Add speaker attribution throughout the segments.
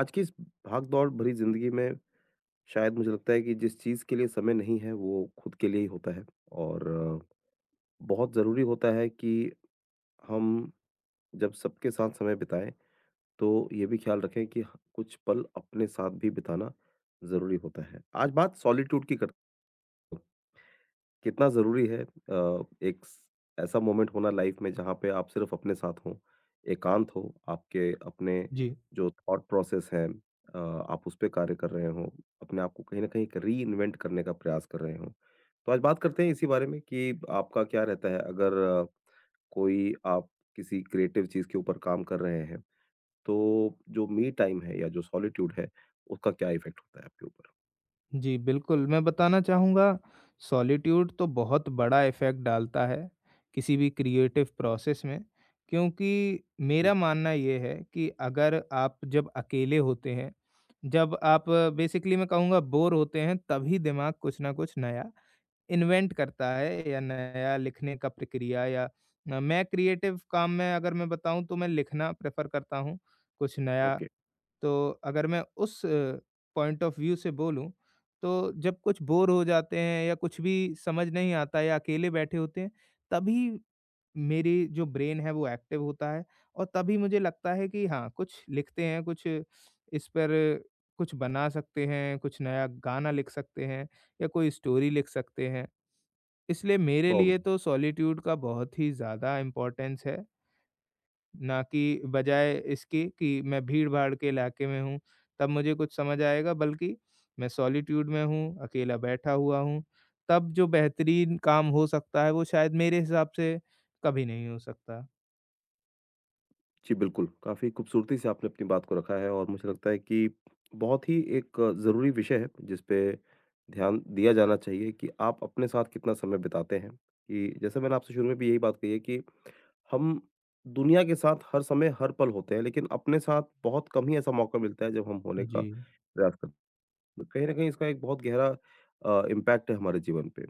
Speaker 1: आज की इस भाग-दौड़ भरी ज़िंदगी में शायद मुझे लगता है कि जिस चीज़ के लिए समय नहीं है, वो खुद के लिए ही होता है और अ, बहुत ज़रूरी होता है कि हम जब सबके साथ समय बिताएँ, तो ये भी ख्याल रखें कि ह कुछ पल अपने साथ भी बिताना ज़रूरी होता है। आज बात सॉलिट्यूड की करते हैं। कितना ज़रूरी है एक स ऐसा मोमेंट होना लाइफ में जहाँ पे आप सिर्फ़ अपने साथ हों, एकांत हो, आपके अपने
Speaker 2: जी,
Speaker 1: जो थॉट प्रोसेस हैं, आप उस पे कार्य कर रहे हों, अपने आप को कहीं न कहीं एक रीइन्वेंट करने का प्रयास कर रहे हों। तो आज बात करते हैं इसी बारे में कि आपका क्या रहता है अगर कोई आप किसी क्रिएटिव चीज़ के ऊपर काम कर रहे हैं, तो जो मी टाइम है या जो सॉलिट्यूड है, उसका क्या इफ़ेक्ट होता है आपके ऊपर?
Speaker 2: जी, बिल्कुल, मैं बताना चाहूँगा सॉलिट्यूड तो बहुत बड़ा इफ़ेक्ट डालता है, किसी भी क्रिएटिव प्रोसेस में, क्योंकि
Speaker 1: जी,
Speaker 2: मेरा मानना ये है कि अगर आप जब अकेले होते हैं, जब आप बेसिकली मैं कहूँगा बोर होते हैं, तभी दिमाग कुछ न कुछ नया इन्वेंट करता है या नया लिखने का प्रक्रिया, या मैं क्रिएटिव काम में अगर मैं बताऊँ तो मैं लिखना प्रेफ़र करता हूँ, कुछ नया।
Speaker 1: ओके।
Speaker 2: तो अगर मैं उस पॉइंट ऑफ व्यू से बोलूँ, तो जब कुछ बोर हो जाते हैं या कुछ भी समझ नहीं आता या अकेले बैठे होते हैं, तभी मेरी जो ब्रेन है वो एक्टिव होता है, और तभी मुझे लगता है कि हाँ, कुछ लिखते हैं, कुछ इस पर कुछ बना सकते हैं, कुछ नया गाना लिख सकते हैं या कोई स्टोरी लिख सकते हैं। इसलिए मेरे
Speaker 1: बहुत
Speaker 2: लिए तो सॉलिट्यूड का बहुत ही ज़्यादा इम्पोर्टेंस है। ना कि बजाय इसके कि मैं भीड़-भाड़ के इलाके में हूँ, तब मुझे कुछ समझ आएगा, बल्कि मैं सॉलिट्यूड में हूँ, अकेला बैठा हुआ हूँ, तब जो बेहतरीन काम हो सकता है वो शायद मेरे हिसाब से कभी नहीं हो सकता।
Speaker 1: जी, बिल्कुल। काफ़ी खूबसूरती से आपने अपनी बात को रखा है और मुझे लगता है कि बहुत ही एक ज़रूरी विषय है जिस पे ध्यान दिया जाना चाहिए कि आप अपने साथ कितना समय बिताते हैं। कि जैसे मैंने आपसे शुरू में भी यही बात कही है कि हम दुनिया के साथ हर समय, हर पल होते हैं लेकिन अपने साथ बहुत कम ही ऐसा मौका मिलता है जब हम होने का
Speaker 2: जी,
Speaker 1: प्रयास करते हैं। कहीं न कहीं इसका एक बहुत गहरा इम्पैक्ट है हमारे जीवन पे।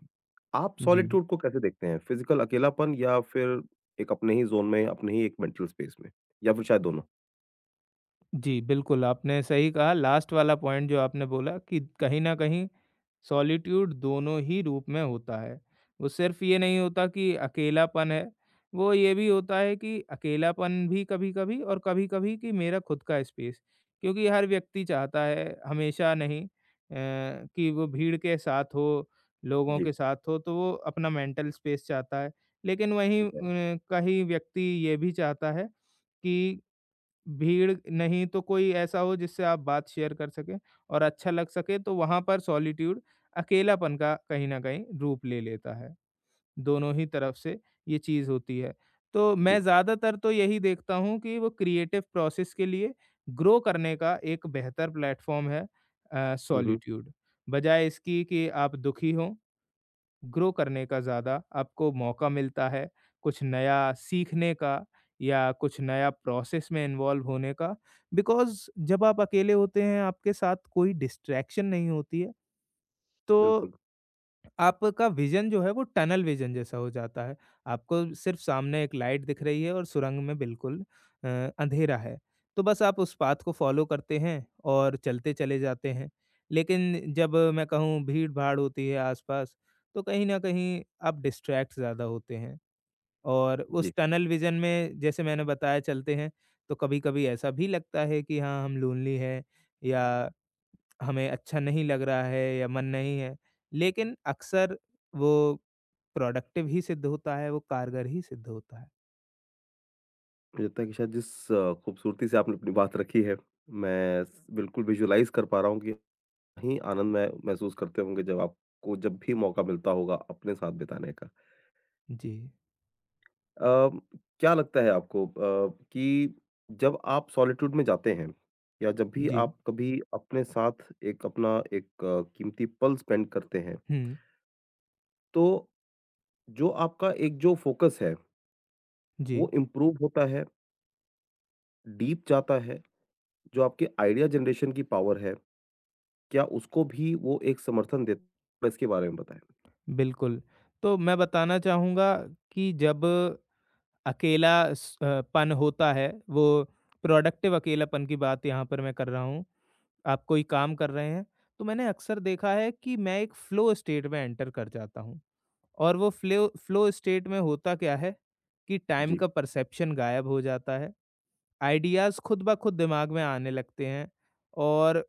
Speaker 1: आप
Speaker 2: जी,
Speaker 1: सॉलिट्यूड को कैसे देखते हैं? फिज़िकल अकेलापन या फिर एक अपने ही ज़ोन में, अपने ही एक मेंटल स्पेस में या फिर शायद दोनों?
Speaker 2: जी, बिल्कुल, आपने सही कहा लास्ट वाला पॉइंट जो आपने बोला कि कहीं न कहीं सॉलिट्यूड दोनों ही रूप में होता है। वो सिर्फ़ ये नहीं होता कि अकेलापन है, वो ये भी होता है कि अकेलापन भी कभी-कभी, और कभी-कभी कि मेरा खुद का स्पेस। क्योंकि हर व्यक्ति चाहता है, हमेशा नहीं अ, कि वो भीड़ के साथ हो, लोगों
Speaker 1: जी।
Speaker 2: के साथ हो, तो वो अपना मेंटल स्पेस चाहता है। लेकिन वहीं कहीं व्यक्ति ये भी चाहता है कि भीड़ नहीं तो कोई ऐसा हो जिससे आप बात शेयर कर सकें और अच्छा लग सके, तो वहाँ पर सॉलिट्यूड अकेलापन का कहीं न कहीं रूप ले लेता है। दोनों ही तरफ से ये चीज़ होती है। तो
Speaker 1: जी।
Speaker 2: मैं ज़्यादातर तो यही देखता हूँ कि वो क्रिएटिव प्रोसेस के लिए ग्रो करने का एक बेहतर प्लेटफ़ॉर्म है
Speaker 1: हुँ, हुँ।
Speaker 2: सॉलिट्यूड। बजाय इसकी कि आप दुखी हों, ग्रो करने का ज़्यादा आपको मौका मिलता है, कुछ नया सीखने का या कुछ नया प्रोसेस में इन्वॉल्व होने का। बिकॉज़ जब आप अकेले होते हैं, आपके साथ कोई डिस्ट्रैक्शन नहीं होती है, तो
Speaker 1: बिल्कुल,
Speaker 2: आपका विज़न जो है वो टनल विज़न जैसा हो जाता है। आपको सिर्फ़ सामने एक लाइट दिख रही है और सुरंग में बिल्कुल अ, अंधेरा है। तो बस आप उस पाथ को फ़ॉलो करते हैं और चलते चले जाते हैं। लेकिन जब मैं कहूँ भीड़-भाड़ होती है आस-पास, तो कहीं न कहीं आप डिस्ट्रैक्ट ज़्यादा होते हैं और उस
Speaker 1: जी।
Speaker 2: टनल विज़न में जैसे मैंने बताया चलते हैं, तो कभी-कभी ऐसा भी लगता है कि हाँ, हम लोनली हैं, या हमें अच्छा नहीं लग रहा है या मन नहीं है, लेकिन अक्सर वो प्रोडक्टिव ही सिद्ध होता है, वो कारगर ही सिद्ध होता है।
Speaker 1: मुझे लगता है कि शायद जिस खूबसूरती से आपने अपनी बात रखी है, मैं स बिल्कुल विजुअलाइज़ कर पा रहा हूँ कि ही आनंद मह महसूस करते होंगे जब भी मौका मिलता होगा अपने साथ बिताने का।
Speaker 2: जी,
Speaker 1: अ, क्या लगता है आपको, कि जब आप सॉलिट्यूड में जाते हैं या जब भी
Speaker 2: जी।
Speaker 1: आप कभी अपने साथ एक अपना एक कीमती पल स्पेंड करते हैं,
Speaker 2: हुँ,
Speaker 1: तो जो आपका एक जो फोकस है,
Speaker 2: जी,
Speaker 1: वो इम्प्रूव होता है, डीप जाता है, जो आपके आइडिया जनरेशन की पावर है, क्या उसको भी वो एक समर्थन देता है? इसके बारे में बताएँ।
Speaker 2: बिल्कुल। तो मैं बताना चाहूँगा कि जब अकेला पन होता है, वो प्रोडक्टिव अकेलापन की बात यहाँ पर मैं कर रहा हूँ। आप कोई काम कर रहे हैं, तो मैंने अक्सर देखा है कि मैं एक फ़्लो स्टेट में एंटर कर जाता हूँ, और वो फ़्लो फ़्लो स्टेट में होता क्या है कि टाइम
Speaker 1: जी,
Speaker 2: का परसेप्शन गायब हो जाता है। आइडियाज़ खुद ब खुद दिमाग में आने लगते हैं, और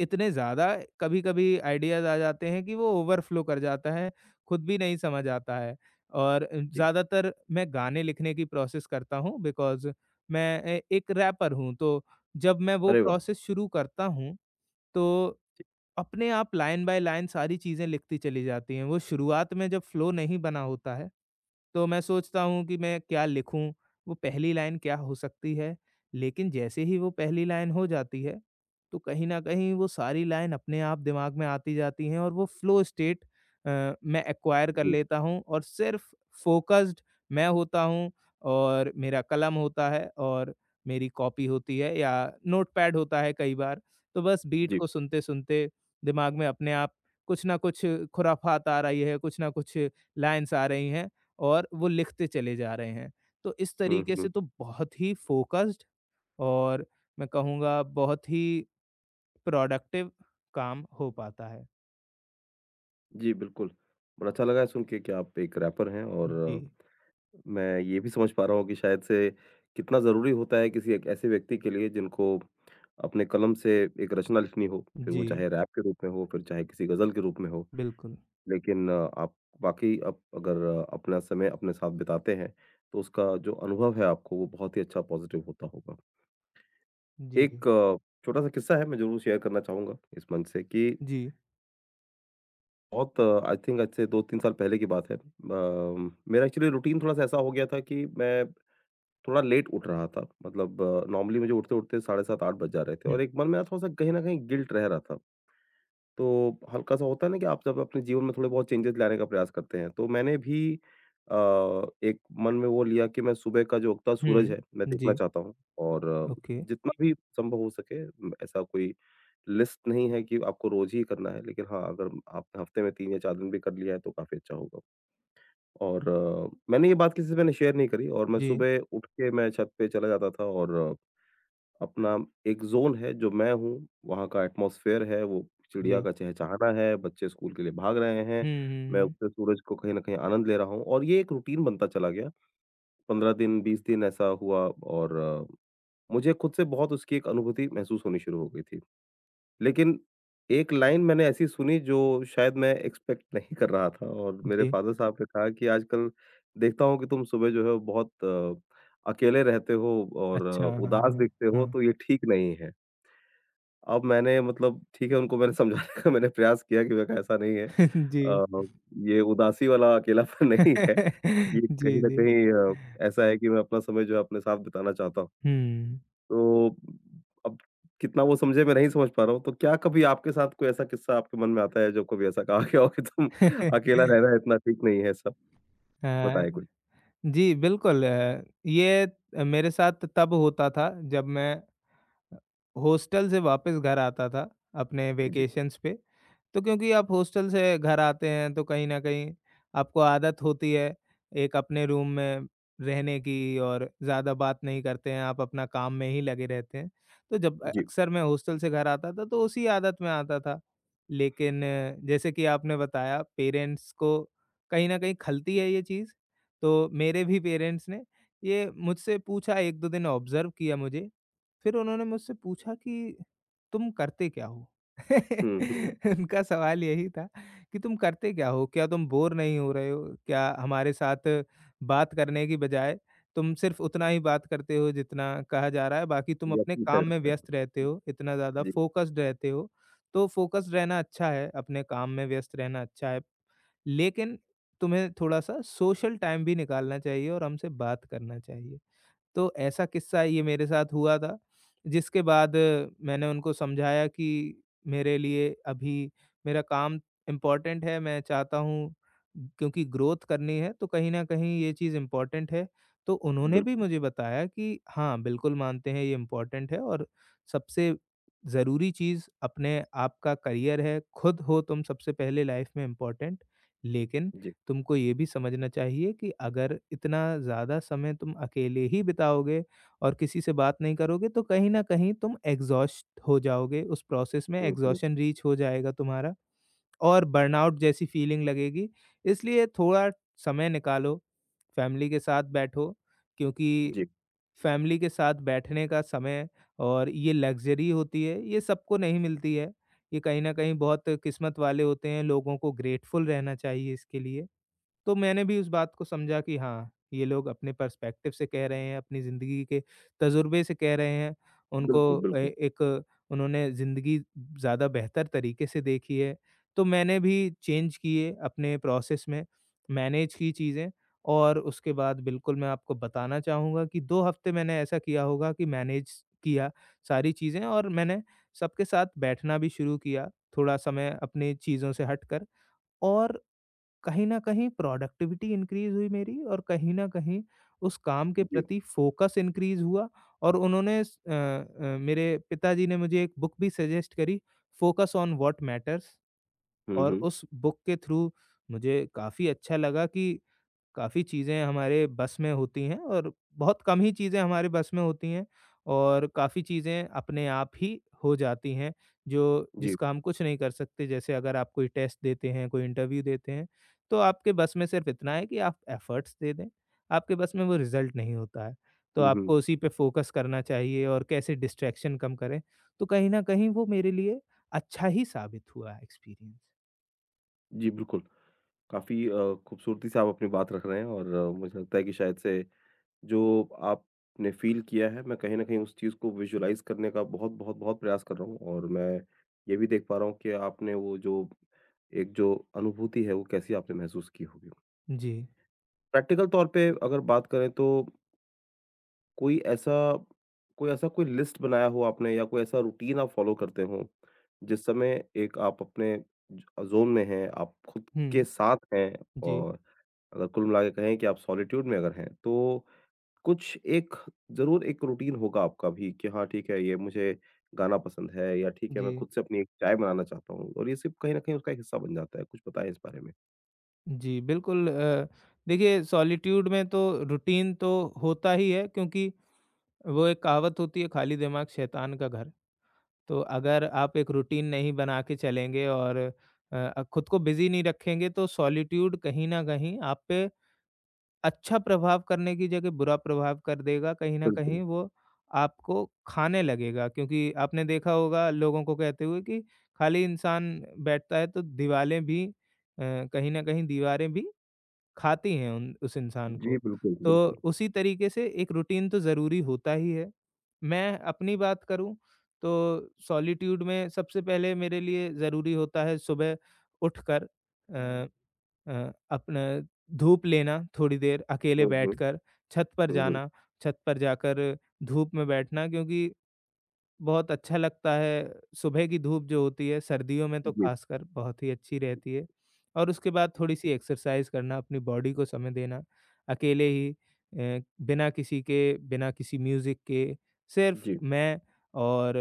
Speaker 2: इतने ज़्यादा कभी-कभी आइडियाज़ आ जाते हैं कि वो ओवरफ़्लो कर जाता है, खुद भी नहीं समझ आता है। और
Speaker 1: जी।
Speaker 2: ज़्यादातर मैं गाने लिखने की प्रोसेस करता हूँ, बिकॉज़ मैं ए एक रैपर हूँ, तो जब मैं वो
Speaker 1: अरे वाह!
Speaker 2: प्रोसेस शुरू करता हूँ तो अपने आप लाइन बाय लाइन सारी चीज़ें लिखती चली जाती हैं। वो शुरुआत में जब फ्लो नहीं बना होता है, तो मैं सोचता हूँ कि मैं क्या लिखूँ? वो पहली लाइन क्या हो सकती है? लेकिन जैसे ही वो पहली लाइन हो जाती है, तो कहीं न कहीं वो सारी लाइन अपने आप दिमाग में आती जाती हैं, और वो फ्लो स्टेट मैं एक्वायर कर
Speaker 1: जी,
Speaker 2: लेता हूँ, और सिर्फ़ फ़ोकस्ड मैं होता हूँ, और मेरा कलम होता है और मेरी कॉपी होती है या नोटपैड होता है कई बार। तो बस बीट
Speaker 1: जी।
Speaker 2: को सुनते-सुनते दिमाग में अपने आप कुछ ना कुछ खुराफात आ रही है, कुछ ना कुछ लाइन्स आ रही हैं, और वो लिखते चले जा रहे हैं। तो इस
Speaker 1: हुँ,
Speaker 2: तरीके से
Speaker 1: हुँ।
Speaker 2: तो बहुत ही फ़ोकस्ड, और मैं कहूँगा बहुत ही प्रोडक्टिव काम हो पाता है।
Speaker 1: जी, बिल्कुल। बड़ा अच्छा लगा है सुन के कि आप एक रैपर हैं और
Speaker 2: जी,
Speaker 1: मैं ये भी समझ पा रहा हूँ कि शायद से कितना ज़रूरी होता है किसी एक ऐसे व्यक्ति के लिए जिनको अपने कलम से एक रचना लिखनी हो, फिर वो
Speaker 2: जी,
Speaker 1: चाहे रैप के रूप में हो, फिर चाहे किसी गज़ल के रूप में हो।
Speaker 2: बिल्कुल।
Speaker 1: लेकिन आप वाक़ई आप अगर अपना समय अपने साथ बिताते हैं, तो उसका जो अनुभव है आपको वो बहुत ही अच्छा पॉज़िटिव होता होगा।
Speaker 2: जी,
Speaker 1: एक छोटा-सा किस्सा है मैं ज़रूर शेयर करना चाहूँगा इस मंच से कि
Speaker 2: जी।
Speaker 1: बहुत आई थिंक आज से 2-3 साल पहले की बात है। मेरा एक्चुअली रूटीन थोड़ा-सा ऐसा हो गया था कि मैं थोड़ा लेट उठ रहा था मतलब नॉर्मली मुझे उठते-उठते 7:30 8 बज जा रहे थे और एक मन में ना थोड़ा-सा कहीं न कहीं गिल्ट रह रहा था। तो हल्का-सा होता है ना कि आप जब अपने जीवन में थोड़े बहुत चेंजेज़ लाने का प्रयास करते हैं, तो मैंने भी, अ, एक मन में वो लिया कि मैं सुबह का जो उगता सूरज
Speaker 2: हुँ,
Speaker 1: है, मैं
Speaker 2: हुँ।
Speaker 1: देखना
Speaker 2: जी,
Speaker 1: चाहता हूँ और
Speaker 2: ओके।
Speaker 1: जितना भी संभव हो सके, ऐसा कोई लिस्ट नहीं है कि आपको रोज़ ही करना है, लेकिन हाँ, अगर आपने हफ्ते में 3 या 4 दिन भी कर लिया है तो काफ़ी अच्छा होगा। और मैंने ये बात किसी से मैंने शेयर नहीं करी और मैं
Speaker 2: जी,
Speaker 1: सुबह उठ के मैं छत पे चला जाता था और अपना एक ज़ोन है जो मैं हूँ, वहाँ का एटमॉस्फ़ेयर है, वो चिड़िया
Speaker 2: जी।
Speaker 1: का चहचहाना है, बच्चे स्कूल के लिए भाग रहे हैं,
Speaker 2: हुँ,
Speaker 1: मैं
Speaker 2: हुँ, हुँ।
Speaker 1: उगते सूरज को कहीं न कहीं आनंद ले रहा हूँ और ये एक रूटीन बनता चला गया। 15 दिन, 20 दिन ऐसा हुआ और मुझे खुद से बहुत उसकी एक अनुभूति महसूस होनी शुरू हो गई थी। लेकिन एक लाइन मैंने ऐसी सुनी जो शायद मैं एक्सपेक्ट नहीं कर रहा था और मेरे
Speaker 2: जी,
Speaker 1: फ़ादर साहब ने कहा कि आजकल देखता हूँ कि तुम सुबह जो है वो बहुत अकेले रहते हो और
Speaker 2: अच्छा, हाँ,
Speaker 1: उदास
Speaker 2: हाँ,
Speaker 1: दिखते हो
Speaker 2: हाँ।
Speaker 1: तो ये ठीक नहीं है। अब मैंने मतलब ठीक है उनको मैंने समझाने का मैंने प्रयास किया कि देखो ऐसा नहीं है।
Speaker 2: जी।
Speaker 1: अ, ये उदासी वाला अकेलापन नहीं है। ये
Speaker 2: जी,
Speaker 1: कहीं न
Speaker 2: जी।
Speaker 1: कहीं, ऐसा है कि मैं अपना समय जो है अपने साथ बिताना चाहता हूँ।
Speaker 2: हुँ।
Speaker 1: तो अब कितना वो समझे मैं नहीं समझ पा रहा हूँ, तो क्या कभी आपके साथ कोई ऐसा किस्सा आपके मन में आता है, जो कभी ऐसा कहा गया हो कि तुम अकेला रहना इतना ठीक नहीं है, सब
Speaker 2: अ,
Speaker 1: बताएँ कुछ?
Speaker 2: जी, बिल्कुल, ये मेरे साथ तब होता था जब मैं हॉस्टल से वापस घर आता था अपने
Speaker 1: जी,
Speaker 2: वेकेशंस पे। तो क्योंकि आप हॉस्टल से घर आते हैं तो कहीं न कहीं आपको आदत होती है एक अपने रूम में रहने की, और ज़्यादा बात नहीं करते हैं, आप अपना काम में ही लगे रहते हैं। तो जब
Speaker 1: जी।
Speaker 2: अक्सर मैं हॉस्टल से घर आता था तो उसी आदत में आता था। लेकिन जैसे कि आपने बताया पेरेंट्स को कहीं न कहीं खलती है ये चीज़, तो मेरे भी पेरेंट्स ने ये मुझसे पूछा, 1-2 दिन ऑब्ज़र्व किया मुझे, फिर उन्होंने मुझसे पूछा कि तुम करते क्या हो?
Speaker 1: हुँ, हुँ।
Speaker 2: उनका सवाल यही था कि तुम करते क्या हो? क्या तुम बोर नहीं हो रहे हो? क्या हमारे साथ बात करने की बजाय तुम सिर्फ़ उतना ही बात करते हो जितना कहा जा रहा है, बाकी तुम
Speaker 1: या
Speaker 2: अपने
Speaker 1: पूछा
Speaker 2: काम में
Speaker 1: जाता है।
Speaker 2: व्यस्त रहते हो, इतना ज़्यादा
Speaker 1: जी,
Speaker 2: फ़ोकस्ड रहते हो। तो फ़ोकस्ड रहना अच्छा है, अपने काम में व्यस्त रहना अच्छा है, लेकिन तुम्हें थोड़ा-सा सोशल टाइम भी निकालना चाहिए और हमसे बात करना चाहिए। तो ऐसा किस्सा ये मेरे साथ हुआ था, जिसके बाद मैंने उनको समझाया कि मेरे लिए अभी मेरा काम इम्पोर्टेंट है, मैं चाहता हूँ क्योंकि ग्रोथ करनी है, तो कहीं न कहीं ये चीज़ इम्पोर्टेंट है। तो उन्होंने भी
Speaker 1: बिल्कुल।
Speaker 2: मुझे बताया कि हाँ, बिल्कुल मानते हैं ये इम्पोर्टेंट है, और सबसे ज़रूरी चीज़ अपने आप का करियर है, खुद हो तुम सबसे पहले लाइफ़ में इम्पोर्टेंट, लेकिन
Speaker 1: जी।
Speaker 2: तुमको ये भी समझना चाहिए कि अगर इतना ज़्यादा समय तुम अकेले ही बिताओगे और किसी से बात नहीं करोगे तो कहीं न कहीं तुम एग्ज़ॉस्ट हो जाओगे, उस प्रोसेस में
Speaker 1: हुँ, हुँ।
Speaker 2: एग्ज़ॉशन रीच हो जाएगा तुम्हारा, और बर्नआउट जैसी फीलिंग लगेगी। इसलिए थोड़ा समय निकालो, फैमिली के साथ बैठो, क्योंकि
Speaker 1: जी,
Speaker 2: फैमिली के साथ बैठने का समय, और ये लग्ज़री होती है, ये सबको नहीं मिलती है। ये कहीं न कहीं बहुत किस्मत वाले होते हैं, लोगों को ग्रेटफुल रहना चाहिए इसके लिए। तो मैंने भी उस बात को समझा कि हाँ, ये लोग अपने पर्सपेक्टिव से कह रहे हैं, अपनी ज़िंदगी के तजुर्बे से कह रहे हैं। उनको
Speaker 1: बिल्कुल,
Speaker 2: ए
Speaker 1: बिल्कुल।
Speaker 2: एक उन्होंने ज़िंदगी ज़्यादा बेहतर तरीके से देखी है। तो मैंने भी चेंज किए अपने प्रोसेस में, मैनेज की चीज़ें, और उसके बाद बिल्कुल मैं आपको बताना चाहूँगा कि 2 हफ़्ते मैंने ऐसा किया होगा कि मैनेज किया सारी चीज़ें, और मैंने सबके साथ बैठना भी शुरू किया, थोड़ा समय अपनी चीज़ों से हटकर, और कहीं न कहीं प्रोडक्टिविटी इंक्रीज़ हुई मेरी, और कहीं न कहीं उस काम के
Speaker 1: जी।
Speaker 2: प्रति फ़ोकस इंक्रीज़ हुआ। और उन्होंने स अ अ, मेरे पिताजी ने मुझे एक बुक भी सजेस्ट करी, फोकस ऑन व्हाट मैटर्स,
Speaker 1: हुँ,
Speaker 2: और
Speaker 1: हुँ।
Speaker 2: उस बुक के थ्रू मुझे काफ़ी अच्छा लगा कि काफ़ी चीज़ें हमारे बस में होती हैं, और बहुत कम ही चीज़ें हमारे बस में होती हैं, और काफ़ी चीज़ें अपने आप ही हो जाती हैं, जो
Speaker 1: जी।
Speaker 2: जिसका हम कुछ नहीं कर सकते। जैसे अगर आप कोई टेस्ट देते हैं, कोई इंटरव्यू देते हैं, तो आपके बस में सिर्फ़ इतना है कि आप एफ़र्ट्स दे दें, आपके बस में वो रिज़ल्ट नहीं होता है। तो
Speaker 1: हुँ, हुँ।
Speaker 2: आपको उसी पे फ़ोकस करना चाहिए और कैसे डिस्ट्रैक्शन कम करें, तो कहीं न कहीं वो मेरे लिए अच्छा ही साबित हुआ है एक्सपीरियंस।
Speaker 1: जी, बिल्कुल। काफ़ी, खूबसूरती से आप अपनी बात रख रहे हैं और मुझे लगता है कि शायद से जो आपने फ़ील किया है, मैं कहीं न कहीं उस चीज़ को विज़ुअलाइज़ करने का बहुत-बहुत बहुत बहुत प्रयास कर रहा हूँ और मैं ये भी देख पा रहा हूँ कि आपने वो जो एक जो अनुभूति है, वो कैसी आपने महसूस की होगी।
Speaker 2: जी।
Speaker 1: प्रैक्टिकल तौर पे अगर बात करें तो कोई ऐसा कोई लिस्ट बनाया हो आपने या कोई ऐसा रूटीन आप फ़ॉलो करते हो, जिस समय एक आप अपने ज ज़ोन में हैं, आप खुद के
Speaker 2: हुँ।
Speaker 1: साथ हैं
Speaker 2: जी,
Speaker 1: और अगर कुल मिला के कहें कि आप सॉलिट्यूड में अगर हैं, तो कुछ एक ज़रूर एक रूटीन होगा आपका भी कि हाँ ठीक है, ये मुझे गाना पसंद है या ठीक है मैं
Speaker 2: जी।
Speaker 1: खुद से अपनी एक चाय बनाना चाहता हूँ और ये सिर्फ़ कहीं न कहीं उसका एक हिस्सा बन जाता है। कुछ बताएँ इस बारे में?
Speaker 2: जी, बिल्कुल, देखिए सॉलिट्यूड में तो रूटीन तो होता ही है, क्योंकि वो एक कहावत होती है, खाली दिमाग शैतान का घर। तो अगर आप एक रूटीन नहीं बना के चलेंगे और खुद को बिज़ी नहीं रखेंगे तो सॉलिट्यूड कहीं न कहीं आप पे अच्छा प्रभाव करने की जगह बुरा प्रभाव कर देगा। कहीं न कहीं
Speaker 1: बिल्कुल।
Speaker 2: वो आपको खाने लगेगा, क्योंकि आपने देखा होगा लोगों को कहते हुए कि खाली इंसान बैठता है तो दीवालें भी कहीं न कहीं दीवारें भी खाती हैं उन उस इंसान
Speaker 1: जी,
Speaker 2: को।
Speaker 1: बिल्कुल,
Speaker 2: तो
Speaker 1: बिल्कुल।
Speaker 2: उसी तरीके से एक रूटीन तो ज़रूरी होता ही है। मैं अपनी बात करूँ तो सॉलिट्यूड में सबसे पहले मेरे लिए ज़रूरी होता है सुबह उठकर अपना धूप लेना थोड़ी देर अकेले
Speaker 1: हुँ, हुँ।
Speaker 2: बैठकर, छत पर
Speaker 1: हुँ, हुँ।
Speaker 2: जाना, छत पर जाकर धूप में बैठना, क्योंकि बहुत अच्छा लगता है, सुबह की धूप जो होती है सर्दियों में तो
Speaker 1: जी,
Speaker 2: खासकर बहुत ही अच्छी रहती है, और उसके बाद थोड़ी-सी एक्सरसाइज़ करना, अपनी बॉडी को समय देना, अकेले ही, बिना किसी के, बिना किसी म्यूज़िक के, सिर्फ़
Speaker 1: जी।
Speaker 2: मैं, और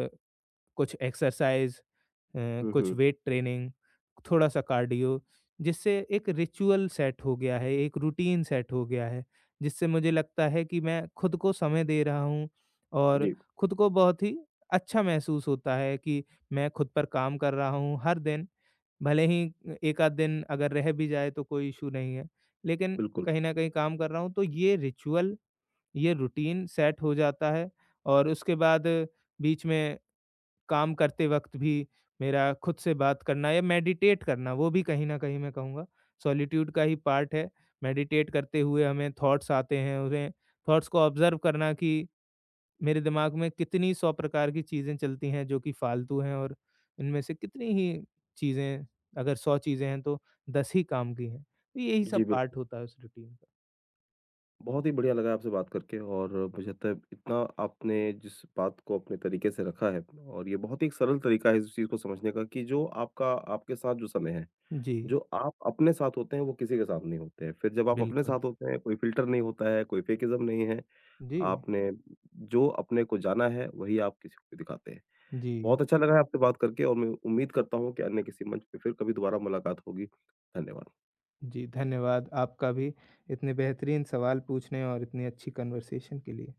Speaker 2: कुछ एक्सरसाइज़,
Speaker 1: हुँ,
Speaker 2: कुछ
Speaker 1: हुँ।
Speaker 2: वेट ट्रेनिंग, थोड़ा सा कार्डियो, जिससे एक रिचुअल सेट हो गया है, एक रूटीन सेट हो गया है, जिससे मुझे लगता है कि मैं खुद को समय दे रहा हूँ, और
Speaker 1: जी,
Speaker 2: खुद को बहुत ही अच्छा महसूस होता है कि मैं खुद पर काम कर रहा हूँ हर दिन। भले ही एक आध दिन अगर रह भी जाए तो कोई इश्यू नहीं है, लेकिन
Speaker 1: बिल्कुल।
Speaker 2: कहीं न कहीं काम कर रहा हूँ, तो ये रिचुअल, ये रूटीन सेट हो जाता है। और उसके बाद बीच में काम करते वक़्त भी मेरा खुद से बात करना या मेडिटेट करना, वो भी कहीं न कहीं मैं कहूँगा सॉलिट्यूड का ही पार्ट है। मेडिटेट करते हुए हमें थॉट्स आते हैं, उन्हें थॉट्स को ऑब्ज़र्व करना कि मेरे दिमाग में कितनी 100 प्रकार की चीज़ें चलती हैं जो कि फ़ालतू हैं, और इनमें से कितनी ही चीज़ें, अगर 100 चीज़ें हैं तो 10 ही काम की हैं। तो यही सब
Speaker 1: जी,
Speaker 2: पार्ट
Speaker 1: बिल्कुल।
Speaker 2: होता है उस रूटीन का।
Speaker 1: बहुत ही बढ़िया लगा आपसे बात करके और मुझे लगता है इतना आपने जिस बात को अपने तरीके से रखा है और ये बहुत ही एक सरल तरीका है इस चीज़ को समझने का कि जो आपका आपके साथ जो समय है
Speaker 2: जी,
Speaker 1: जो आप अपने साथ होते हैं, वो किसी के साथ नहीं होते हैं। फिर जब आप अपने
Speaker 2: बिल्कुल।
Speaker 1: साथ होते हैं, कोई फ़िल्टर नहीं होता है, कोई फेकिज़्म नहीं है।
Speaker 2: जी,
Speaker 1: आपने जो अपने को जाना है, वही आप किसी को भी दिखाते हैं।
Speaker 2: जी।
Speaker 1: बहुत अच्छा लगा है आपसे बात करके और मैं उम्मीद करता हूँ कि अन्य किसी मंच पे फिर कभी दोबारा मुलाकात होगी। धन्यवाद।
Speaker 2: जी, धन्यवाद आपका भी इतने बेहतरीन सवाल पूछने और इतनी अच्छी कन्वर्सेशन के लिए।